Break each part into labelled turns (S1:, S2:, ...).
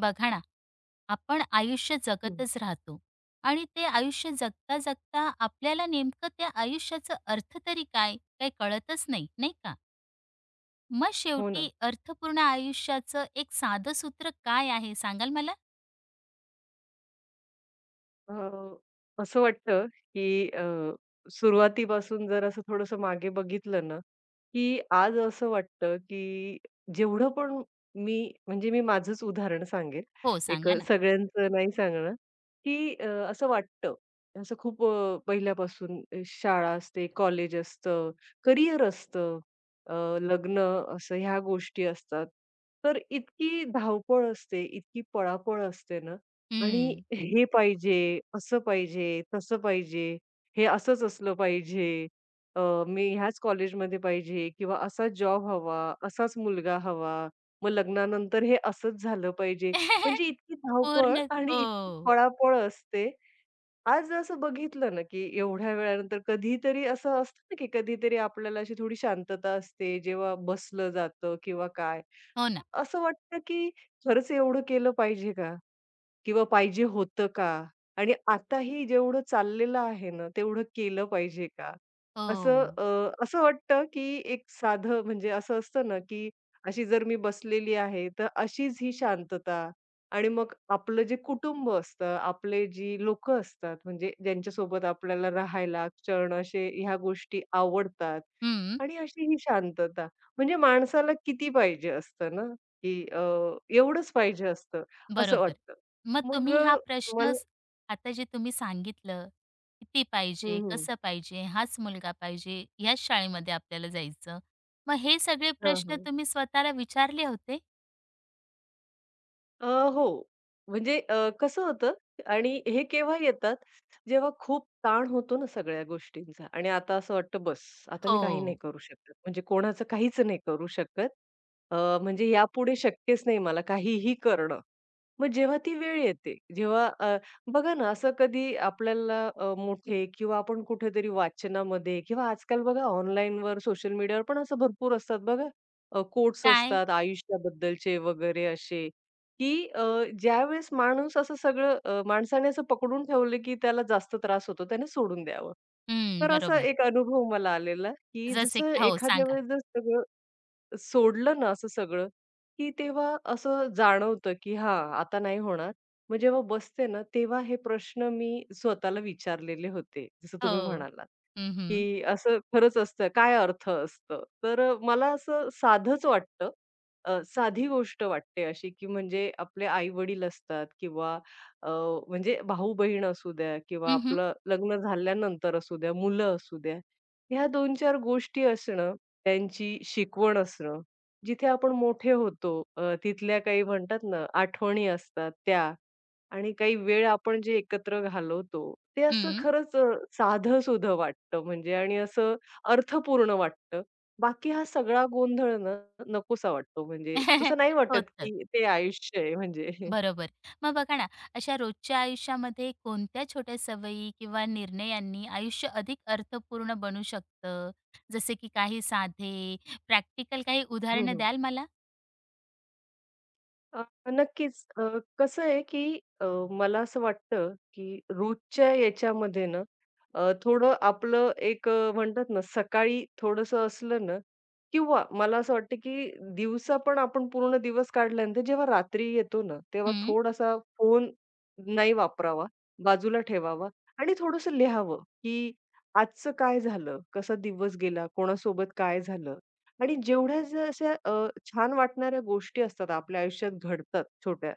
S1: बघा ना, आपण आयुष्य
S2: हं,
S1: जगतच राहतो आणि ते आयुष्य जगता जगता आपल्याला नेमकं त्या आयुष्याचा अर्थ तरी काय, काही कळतच नाही, नाही का? मग
S2: हो
S1: शेवटी
S2: ना.
S1: अर्थपूर्ण आयुष्याचं एक साधं सूत्र काय आहे सांगाल मला?
S2: अ, असं वाटतं, की सुरुवातीपासून जर असं थोडंसं मागे बघितलं ना, की आज असं वाटतं, की जेवढं पण मी मी माझंच उदाहरण सांगेल.
S1: हो,
S2: एक
S1: सांगा ना.
S2: सगळ्यांचं नाही सांगणार, की असं वाटतं, असं खूप पहिल्यापासून शाळा असते, कॉलेज असतं, करियर असतं, अ, लग्न असं ह्या गोष्टी असतात. तर इतकी धावपळ असते, इतकी पळापळ असते ना, आणि
S1: हं.
S2: हे पाहिजे, असं पाहिजे, तसं पाहिजे, हे असंच असलं पाहिजे, अ, मी ह्याच कॉलेजमध्ये पाहिजे किंवा असाच जॉब हवा, असाच मुलगा हवा, मग लग्नानंतर हे असंच झालं पाहिजे. म्हणजे इतकी धावपळ
S1: पूर्ण
S2: आणि
S1: हो.
S2: इतकी पळापळ असते. आज असं बघितलं ना, की एवढ्या वेळानंतर कधीतरी असं असतं ना, की कधीतरी आपल्याला अशी थोडी शांतता असते, जेव्हा बसलं जातं किंवा काय.
S1: हो ना.
S2: असं वाटतं, की खरंच एवढं केलं पाहिजे का? किंवा पाहिजे होतं का? आणि आताही जेवढं चाललेलं आहे ना, तेवढं केलं पाहिजे का?
S1: हो.
S2: असं वाटतं, की एक साधं म्हणजे असं असतं ना, की अशी जर मी बसलेली आहे, तर अशीच ही शांतता आणि मग आपलं जे कुटुंब असतं, आपले जी लोकं असतात, म्हणजे ज्यांच्यासोबत आपल्याला राहायला, क्षण असे ह्या गोष्टी आवडतात
S1: हं.
S2: आणि अशी ही शांतता. म्हणजे माणसाला किती पाहिजे असतं ना, की एवढंच पाहिजे असतं, असं
S1: बरोबर.
S2: वाटतं.
S1: मग
S2: मग
S1: तुम्ही हा
S2: मला
S1: प्रश्न स आता जे तुम्ही सांगितलं, किती पाहिजे,
S2: हं, हं.
S1: कसं पाहिजे, हाच मुलगा पाहिजे, ह्याच शाळेमध्ये आपल्याला जायचं. मग हे सगळे
S2: हां,
S1: प्रश्न
S2: हां.
S1: तुम्ही स्वतःला विचारले होते?
S2: अ, हो. म्हणजे कसं होतं आणि हे केव्हा येतात, जेव्हा खूप ताण होतो ना सगळ्या गोष्टींचा आणि आता असं वाटतं बस, आता मी काही नाही
S1: हो.
S2: करू शकत. म्हणजे कोणाचं काहीच नाही करू शकत. अ, म्हणजे यापुढे शक्यच नाही मला काहीही करणं. मग जेव्हा ती वेळ येते, बघा ना असं कधी आपल्याला मोठे किंवा आपण कुठेतरी वाचनामध्ये किंवा आजकाल बघा ऑनलाईनवर, सोशल मीडियावर पण असं भरपूर असतात बघा. कोट्स
S1: काय?
S2: असतात आयुष्याबद्दलचे वगैरे असे. की अ, ज्यावेळेस माणूस असं सगळं अ, माणसाने असं पकडून ठेवलं, की त्याला जास्त त्रास होतो, त्याने सोडून द्यावं.
S1: हं,
S2: तर असा
S1: बरोबर.
S2: एक अनुभव मला आलेला, की
S1: जसे
S2: जसं
S1: की हो,
S2: एखाद्या
S1: सांगा.
S2: वेळेस जर सगळं सोडलं ना असं सगळं, की तेव्हा असं जाणवतं, की हां, आता नाही होणार. मग जेव्हा बसते ना, तेव्हा हे प्रश्न मी स्वतःला विचारलेले होते, जसं तुम्ही
S1: हो.
S2: म्हणालात,
S1: हं, हं.
S2: की असं खरंच असतं, काय अर्थ असतं? तर मला असं साधंच वाटतं. साधी गोष्ट वाटते अशी, की म्हणजे आपले आई-वडील असतात किंवा अ, म्हणजे भाऊ-बहीण असू द्या किंवा
S1: हं, हं.
S2: आपलं लग्न झाल्यानंतर असू द्या, मुलं असू द्या, ह्या 2-4 गोष्टी असणं, त्यांची शिकवण असणं. जिथे आपण मोठे होतो, तिथल्या काही म्हणतात ना, आठवणी असतात त्या आणि काही वेळ आपण जे एकत्र घालवतो, ते असं
S1: हं.
S2: खरंच साधंसुधं वाटतं म्हणजे आणि असं अर्थपूर्ण वाटतं. बाकी हा सगळा गोंधळ ना, नकोसा वाटतो म्हणजे असं नाही वाटत, की ते आयुष्य आहे म्हणजे.
S1: बरोबर. मग बघा ना, अशा रोजच्या आयुष्यामध्ये कोणत्या छोट्या सवयी किंवा निर्णयांनी आयुष्य अधिक अर्थपूर्ण बनू शकतं? जसे की काही साधे, प्रॅक्टिकल काही उदाहरणं द्याल मला?
S2: अ, नक्कीच. कसं आहे, की मला असं वाटतं, की रोजच्या याच्यामध्ये ना, थोडं आपलं एक म्हणतात ना, सकाळी थोडंसं असलं ना किंवा मला असं वाटतं, की दिवसा पण आपण पूर्ण दिवस काढल्यानंतर जेव्हा रात्री येतो ना, तेव्हा
S1: हं.
S2: थोडासा फोन नाही वापरावा, बाजूला ठेवावा आणि थोडंसं लिहावं, की आजचं काय झालं? कसा दिवस गेला? कोणासोबत काय झालं? आणि जेवढ्या ज्या अशा छान वाटणाऱ्या गोष्टी असतात आपल्या आयुष्यात घडतात छोट्या,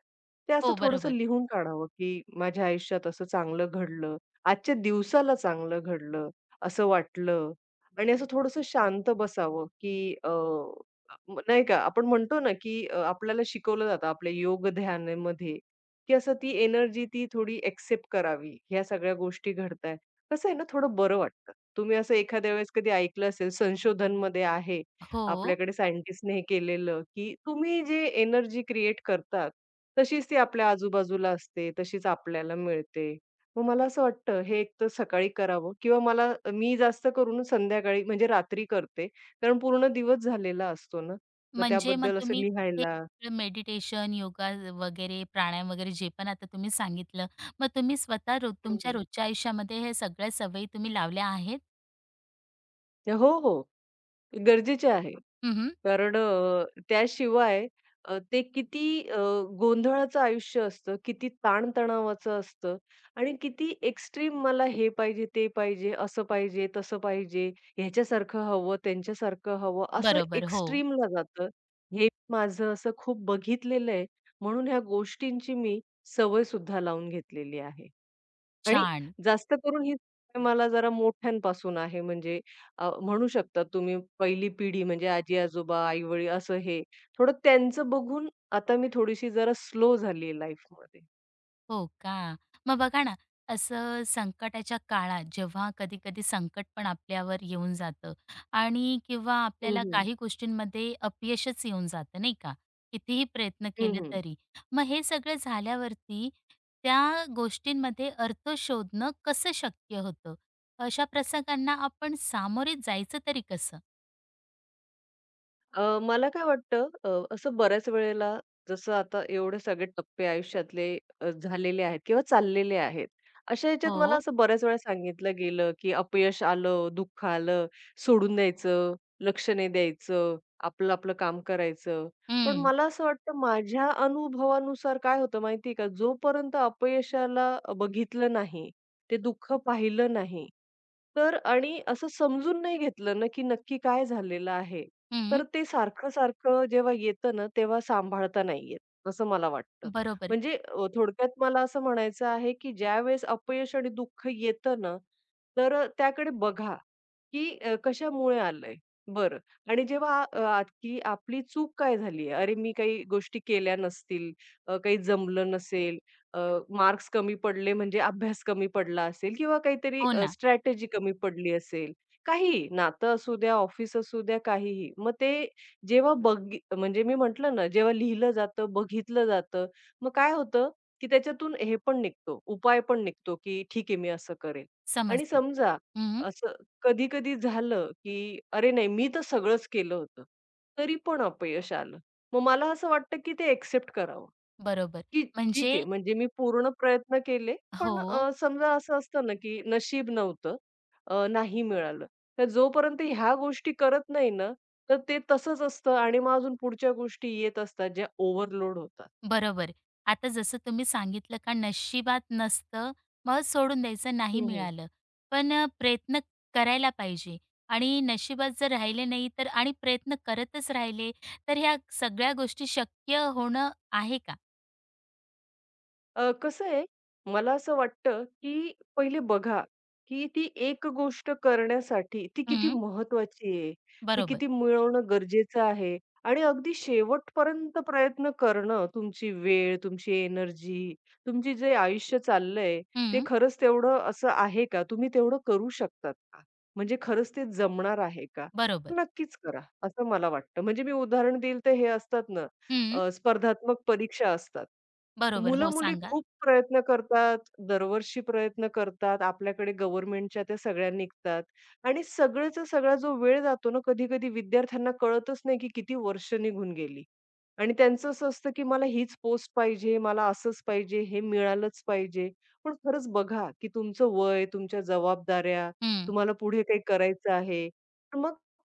S2: ते असं
S1: हो,
S2: थोडंसं
S1: बरोबर.
S2: लिहून काढावं, की माझ्या आयुष्यात असं चांगलं घडलं, आजच्या दिवसाला चांगलं घडलं, असं वाटलं आणि असं थोडंसं शांत बसावं, की नाही का आपण म्हणतो ना, की आपल्याला शिकवलं जातं आपल्या योग ध्यानामध्ये, की असं ती एनर्जी ती थोडी एक्सेप्ट करावी. ह्या सगळ्या गोष्टी घडताय. कसं आहे ना, थोडं बरं वाटतं. तुम्ही असं एखाद्या वेळेस कधी ऐकलं असेल संशोधनमध्ये आहे,
S1: हो,
S2: आपल्याकडे सायंटिस्टने हे केलेलं, की तुम्ही जे एनर्जी क्रिएट करतात, तशीच ती आपल्या आजूबाजूला असते, तशीच आपल्याला मिळते. मग मला असं वाटतं हे एक तर सकाळी करावं किंवा मला मी जास्त करून संध्याकाळी म्हणजे रात्री करते. कारण पूर्ण दिवस झालेला असतो ना. मग
S1: म्हणजे मग
S2: त्याबद्दल असं
S1: तुम्ही हे
S2: लिहायला
S1: मेडिटेशन, योगा वगैरे, प्राणायाम वगैरे जे पण आता तुम्ही सांगितलं, मग तुम्ही स्वतः रोज तुमच्या
S2: हं,
S1: रोजच्या आयुष्यामध्ये हे सगळ्या सवयी तुम्ही लावल्या आहेत?
S2: हो, हो. गरजेचे आहे.
S1: हं, हं.
S2: कारण त्याशिवाय ते किती अ, गोंधळाचं आयुष्य असतं, किती ताणतणावाचं असतं आणि किती एक्स्ट्रीम मला हे पाहिजे, ते पाहिजे, असं पाहिजे, तसं पाहिजे, ह्याच्यासारखं हवं, त्यांच्यासारखं हवं, असं
S1: बरोबर. हो,
S2: एक्स्ट्रीमला जातं. हे माझं असं खूप बघितलेलं आहे. म्हणून ह्या गोष्टींची मी सवयसुद्धा लावून घेतलेली आहे. आणि
S1: छान.
S2: जास्त करून ही सवय मला जरा मोठ्यांपासून आहे म्हणजे म्हणू शकता तुम्ही पहिली पिढी म्हणजे आजी-आजोबा, आई-वडील असं हे थोडं त्यांचं बघून आता मी थोडीशी जरा स्लो झाली आहे लाईफमध्ये.
S1: हो का? मग बघा ना, असं संकटाच्या काळात जेव्हा कधी-कधी संकट पण आपल्यावर येऊन जातं आणि किंवा
S2: हं,
S1: आपल्याला
S2: हं.
S1: काही गोष्टींमध्ये अपयशच येऊन जातं, नाही का? कितीही प्रयत्न केले
S2: हं,
S1: तरी. मग हे सगळं झाल्यावरती त्या गोष्टींमध्ये अर्थ शोधणं कसं शक्य होतं? अशा प्रसंगांना आपण सामोरे जायचं तरी कसं?
S2: मला काय वाटतं, असं बऱ्याच वेळेला जसं आता एवढे सगळे टप्पे आयुष्यातले झालेले आहेत किंवा चाललेले आहेत. अशा ह्याच्यात मला
S1: हो.
S2: असं बऱ्याच वेळा सांगितलं गेलं, की अपयश आलं, दुःख आलं, सोडून द्यायचं, लक्ष नाही द्यायचं, आपलं आपलं काम करायचं. पण
S1: हं,
S2: मला असं वाटतं माझ्या अनुभवानुसार काय होतं माहिती का? जोपर्यंत अपयशाला बघितलं नाही, ते दुःख पाहिलं नाही, तर आणि असं समजून नाही घेतलं ना, की नक्की काय झालेलं आहे.
S1: हं.
S2: तर ते सारखं-सारखं जेव्हा येतं ना, तेव्हा सांभाळता नाही येत, असं मला वाटतं.
S1: बरोबर.
S2: म्हणजे थोडक्यात मला असं म्हणायचं आहे, की ज्यावेळेस अपयश आणि दुःख येतं ना, तर त्याकडे बघा, की कशामुळे आलंय? बरं आणि की आपली चूक काय झाली आहे? अरे, मी काही गोष्टी केल्या नसतील, काही जमलं नसेल, अ, मार्क्स कमी पडले म्हणजे अभ्यास कमी पडला असेल किंवा काहीतरी
S1: हो ना,
S2: स्ट्रॅटेजी कमी पडली असेल. काही नातं असू द्या, ऑफिस असू द्या, काहीही. मग ते जेव्हा बघी म्हणजे मी म्हटलं ना, जेव्हा लिहिलं जातं, बघितलं जातं, मग काय होतं, की त्याच्यातून हे पण निघतो, उपाय पण निघतो, की ठीक आहे, मी असं करेल. आणि
S1: समजले.
S2: समजा
S1: हं,
S2: असं कधी-कधी झालं, की "अरे नाही, मी तर सगळंच केलं होतं." तरी पण अपयश आलं. मग मला असं वाटतं, की ते एक्सेप्ट करावं.
S1: बरोबर.
S2: की
S1: म्हणजे
S2: ठीक आहे, म्हणजे मी पूर्ण प्रयत्न केले, पण
S1: हो.
S2: समजा असं असतं ना, की नशीब नव्हतं, नाही मिळालं. तर जोपर्यंत ह्या गोष्टी करत नाही ना, तर ते तसंच असतं आणि मग अजून पुढच्या गोष्टी येत असतात, ज्या ओव्हरलोड होतात.
S1: बरोबर. आता जसं तुम्ही सांगितलं का नशिबात नसतं, मग सोडून द्यायचं, नाही मिळालं. पण प्रयत्न करायला पाहिजे आणि नशिबात जर राहिले नाही तर आणि प्रयत्न करतच राहिले, तर ह्या सगळ्या गोष्टी शक्य होणं आहे का?
S2: कसं आहे, मला असं वाटतं, की पहिले बघा, की ती एक गोष्ट करण्यासाठी ती किती
S1: हं,
S2: महत्त्वाची आहे, ती
S1: बरोबर.
S2: किती मिळवणं गरजेचं आहे आणि अगदी शेवटपर्यंत प्रयत्न करणं, तुमची वेळ, तुमची एनर्जी, तुमची जे आयुष्य चाललंय, ते
S1: हं,
S2: खरंच तेवढं असं आहे का? तुम्ही तेवढं करू शकतात का? म्हणजे खरंच ते जमणार आहे का?
S1: बरोबर.
S2: नक्कीच करा, असं मला वाटतं. म्हणजे मी उदाहरण देईल, तर हे असतात ना
S1: हं,
S2: स्पर्धात्मक परीक्षा असतात.
S1: बरोबर. हो,
S2: मुलं-मुली
S1: सांगा.
S2: खूप प्रयत्न करतात, दरवर्षी प्रयत्न करतात. आपल्याकडे गव्हर्नमेंटच्या त्या सगळ्या निघतात आणि सगळ्याचा सगळा जो वेळ जातो ना, कधी-कधी विद्यार्थ्यांना कळतच नाही, की किती वर्ष निघून गेली. आणि त्यांचं असं असतं, की मला हीच पोस्ट पाहिजे, मला असंच पाहिजे, हे मिळालंच पाहिजे. पण खरंच बघा, की तुमचं वय, तुमच्या जबाबदाऱ्या,
S1: हं.
S2: तुम्हाला पुढे काही करायचं आहे.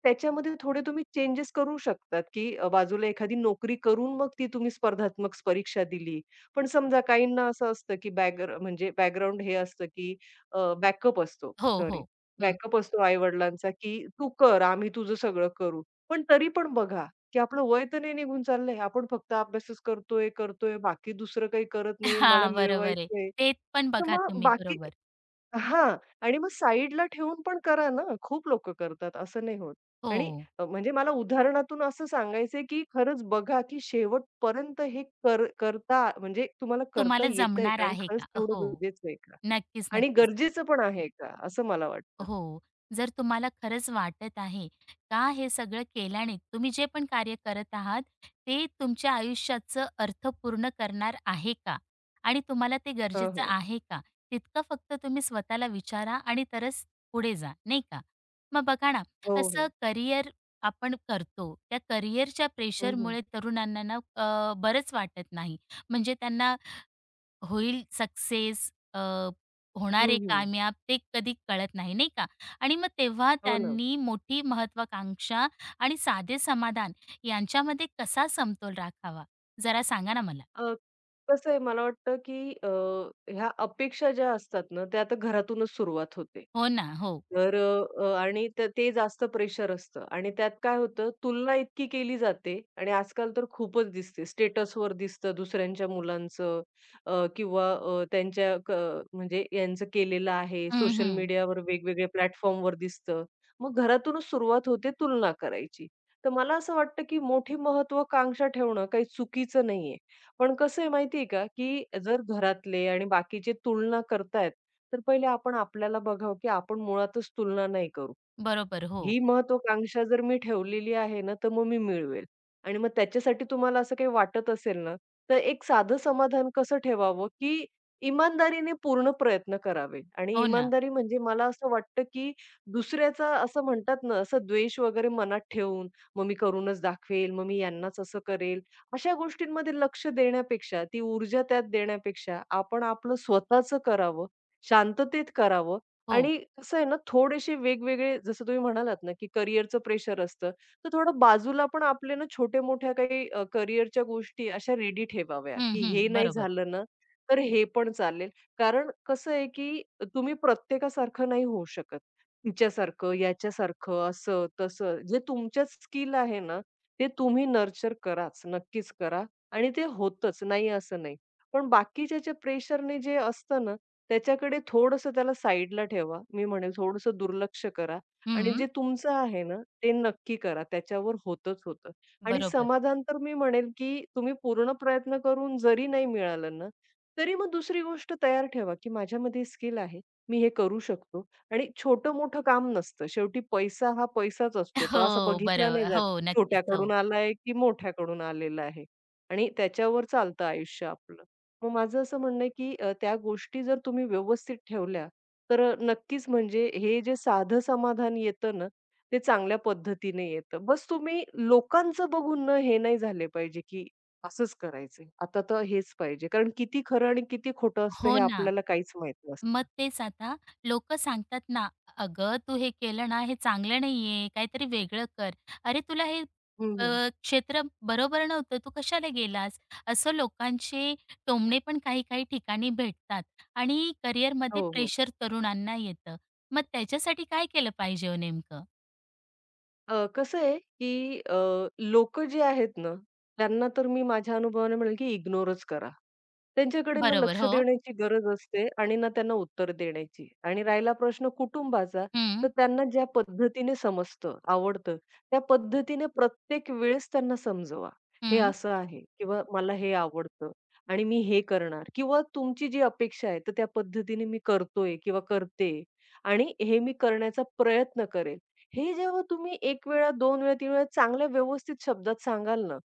S2: त्याच्यामध्ये थोडे तुम्ही चेंजेस करू शकतात, की बाजूला एखादी नोकरी करून मग ती तुम्ही स्पर्धात्मक परीक्षा दिली. पण समजा काहींना असं असतं, की बॅकग्राऊंड हे असतं, की बॅकअप असतो
S1: हो,
S2: सॉरी,
S1: हो. हं.
S2: बॅकअप असतो आई-वडिलांचा, की "तू कर, आम्ही तुझं सगळं करू." पण तरी पण बघा, की आपलं वय तर नाही निघून चाललंय. आपण फक्त अभ्यासच करतोय, करतोय. बाकी दुसरं काही करत नाही. मला
S1: हां, बरोबर आहे.
S2: मिळवायचंय.
S1: ते पण
S2: तर
S1: बघा
S2: मग
S1: तुम्ही.
S2: बाकी
S1: बरोबर.
S2: हां. आणि मग साइडला ठेवून पण करा ना. खूप लोकं करतात, असं नाही होत. आणि
S1: हो.
S2: म्हणजे मला उदाहरणातून असं सांगायचंय, की खरंच बघा, की शेवटपर्यंत हे कर करता म्हणजे तुम्हाला करता
S1: तुम्हाला
S2: येतंय
S1: जमणार
S2: का? आणि
S1: आहे
S2: खरंच
S1: का?
S2: तेवढं
S1: हो.
S2: गरजेचं आहे का?
S1: नक्कीच,
S2: आणि
S1: नक्कीच.
S2: गरजेचं पण आहे का? असं मला वाटतं.
S1: हो. जर तुम्हाला खरंच वाटत आहे का हे सगळं केल्याने तुम्ही जे पण कार्य करत आहात, ते तुमच्या आयुष्याचं अर्थपूर्ण करणार आहे का? आणि तुम्हाला ते
S2: हं,
S1: गरजेचं
S2: हं.
S1: आहे का? तितकं फक्त तुम्ही स्वतःला विचारा आणि तरच पुढे जा, नाही का? मग बघा ना,
S2: हो, हो.
S1: असं करिअर आपण करतो. त्या करिअरच्या
S2: हं, हं.
S1: प्रेशरमुळे तरुणांना ना बरंच वाटत नाही. म्हणजे त्यांना होईल सक्सेस, होणार
S2: हं,
S1: आहे
S2: हं.
S1: कामयाब ते कधी कळत नाही, नाही का? आणि मग तेव्हा
S2: हो ना.
S1: त्यांनी मोठी महत्त्वाकांक्षा आणि साधे समाधान यांच्यामध्ये कसा समतोल राखावा? जरा सांगा ना मला?
S2: अ, कसं आहे मला वाटतं, की ह्या अपेक्षा ज्या असतात ना, त्या आता घरातूनच सुरुवात होते.
S1: हो ना, हो.
S2: तर आणि ते जास्त प्रेशर असतं आणि त्यात काय होतं, तुलना इतकी केली जाते आणि आजकाल तर खूपच दिसते. स्टेटसवर दिसतं दुसऱ्यांच्या मुलांचं किंवा त्यांच्या क म्हणजे यांचं केलेलं आहे.
S1: हं,
S2: सोशल
S1: हं.
S2: मीडियावर वेगवेगळ्या प्लॅटफॉर्मवर दिसतं. मग घरातूनच सुरुवात होते तुलना करायची. तर मला असं वाटतं, की मोठी महत्त्वाकांक्षा ठेवणं काही चुकीचं नाहीये. पण कसं आहे माहिती का, की जर घरातले आणि बाकीचे तुलना करतायत, तर पहिले आपण आपल्याला बघावं, की आपण मुळातच तुलना नाही करू.
S1: बरोबर. हो.
S2: ही महत्त्वाकांक्षा जर मी ठेवलेली आहे ना, तर मग मी मिळवेल. आणि मग त्याच्यासाठी तुम्हाला असं काही वाटत असेल ना, तर एक साधं समाधान कसं ठेवावं, की इमानदारीने पूर्ण प्रयत्न करावे. आणि
S1: हो ना.
S2: इमानदारी म्हणजे मला असं वाटतं, की दुसऱ्याचा असं म्हणतात ना, असं द्वेष वगैरे मनात ठेवून, मग मी करूनच दाखवेल, मग मी यांनाच असं करेल, अशा गोष्टींमध्ये लक्ष देण्यापेक्षा, ती ऊर्जा त्यात देण्यापेक्षा आपण आपलं स्वतःचं करावं, शांततेत करावं
S1: हो.
S2: आणि कसं आहे ना, थोडेसे वेगवेगळे जसं तुम्ही म्हणालात ना, की करिअरचं प्रेशर असतं. तर थोडं बाजूला पण आपले ना छोट्या-मोठ्या काही करिअरच्या गोष्टी अशा रेडी ठेवाव्या,
S1: हं,
S2: की
S1: हं.
S2: हे नाही
S1: बरोबर.
S2: झालं ना, तर हे पण चालेल. कारण कसं आहे, की तुम्ही प्रत्येकासारखं नाही होऊ शकत. तिच्यासारखं, याच्यासारखं, असं, तसं. जे तुमच्यात स्किल आहे ना, ते तुम्ही नर्चर कराच, नक्कीच करा आणि ते होतच, नाही असं नाही. पण बाकीच्या ज्या प्रेशरने जे असतं ना, त्याच्याकडे थोडंसं त्याला साईडला ठेवा. मी म्हणेल थोडंसं दुर्लक्ष करा आणि
S1: हं.
S2: जे तुमचं आहे ना, ते नक्की करा. त्याच्यावर होतंच होतं. आणि
S1: बरोबर.
S2: समाधान तर मी म्हणेल, की तुम्ही पूर्ण प्रयत्न करून जरी नाही मिळालं ना, तरी मग दुसरी गोष्ट तयार ठेवा, की माझ्यामध्ये स्किल आहे. मी हे करू शकतो आणि छोटं-मोठं काम नसतं. शेवटी पैसा हा पैसाच असतो. तो असा
S1: हो,
S2: बघितला नाही
S1: बरोबर.
S2: जात,
S1: हो,
S2: की
S1: नक्कीच.
S2: छोट्याकडून
S1: हो.
S2: आलाय, की मोठ्याकडून आलेला आहे. आणि त्याच्यावर चालतं आयुष्य आपलं. मग माझं असं म्हणणं आहे, की त्या गोष्टी जर तुम्ही व्यवस्थित ठेवल्या, तर नक्कीच म्हणजे हे जे साधं समाधान येतं ना, ते चांगल्या पद्धतीने येतं. बस तुम्ही लोकांचं बघून ना हे नाही झाले पाहिजे, की असंच करायचंय. आता तर हेच पाहिजे. कारण किती खरं आणि किती खोटं असतं हे
S1: हो ना.
S2: आपल्याला काहीच माहीत नसतं.
S1: मग तेच आता लोकं सांगतात ना, "अगं, तू हे केलं ना, हे चांगलं नाहीये, काहीतरी वेगळं कर. अरे, तुला हे
S2: हं,
S1: अ,
S2: हं.
S1: क्षेत्र बरोबर नव्हतं, तू कशाला गेलास?" असं लोकांचे टोमणे पण काही-काही ठिकाणी भेटतात आणि करिअरमध्ये
S2: हो, हो.
S1: प्रेशर तरुणांना येतं. मग त्याच्यासाठी काय केलं पाहिजे हो नेमकं?
S2: कसं आहे, की लोकं जे आहेत ना, त्यांना तर मी माझ्या अनुभवाने म्हणेल, की इग्नोरच करा. त्यांच्याकडे ना
S1: बरोबर,
S2: लक्ष
S1: हो.
S2: देण्याची गरज असते आणि ना त्यांना उत्तर देण्याची. आणि राहिला प्रश्न कुटुंबाचा,
S1: हं,
S2: तर त्यांना ज्या पद्धतीने समजतं, आवडतं, त्या पद्धतीने प्रत्येक वेळेस त्यांना समजवा. हे
S1: हं.
S2: असं आहे किंवा मला हे आवडतं आणि मी हे करणार किंवा तुमची जी अपेक्षा आहे, तर त्या पद्धतीने मी करतोय किंवा करते. आणि हे मी करण्याचा प्रयत्न करेल. हे जेव्हा तुम्ही एक वेळा, 2 वेळा, 3 वेळा चांगल्या व्यवस्थित शब्दात सांगाल ना,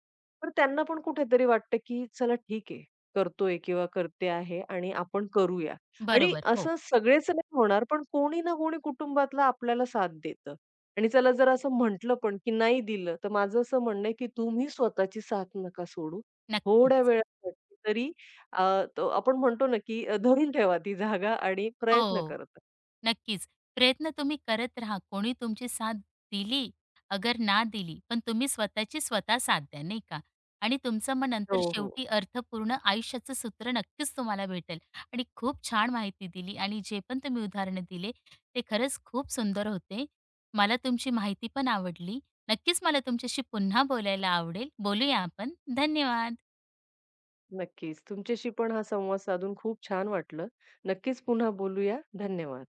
S2: तर त्यांना पण कुठेतरी वाटतं, की चला ठीक आहे, करतोय किंवा करते आहे आणि आपण करूया. आणि
S1: बरोबर, हो.
S2: असं सगळेच नाही होणार, पण कोणी ना कोणी कुटुंबातला आपल्याला साथ देतं. आणि चला जर असं म्हटलं पण, की नाही दिलं, तर माझं असं म्हणणं आहे, की तुम्ही स्वतःची साथ नका सोडू. थोड्या
S1: नक्कीच.
S2: वेळासाठी तरी अ, तो आपण म्हणतो ना, की धरून ठेवा ती जागा आणि प्रयत्न
S1: हो.
S2: करत
S1: नक्कीच. प्रयत्न तुम्ही करत राहा. कोणी तुमची साथ दिली, अगर ना दिली, पण तुम्ही स्वतःची स्वतः साथ द्या, नाही का? आणि तुमचं मग नंतर
S2: हो, हो.
S1: शेवटी अर्थपूर्ण आयुष्याचं सूत्र नक्कीच तुम्हाला भेटेल. आणि खूप छान माहिती दिली आणि जे पण तुम्ही उदाहरणं दिले, ते खरंच खूप सुंदर होते. मला तुमची माहिती पण आवडली. नक्कीच मला तुमच्याशी पुन्हा बोलायला आवडेल. बोलूया आपण. धन्यवाद.
S2: नक्कीच. तुमच्याशी पण हा संवाद साधून खूप छान वाटलं. नक्कीच पुन्हा बोलूया. धन्यवाद.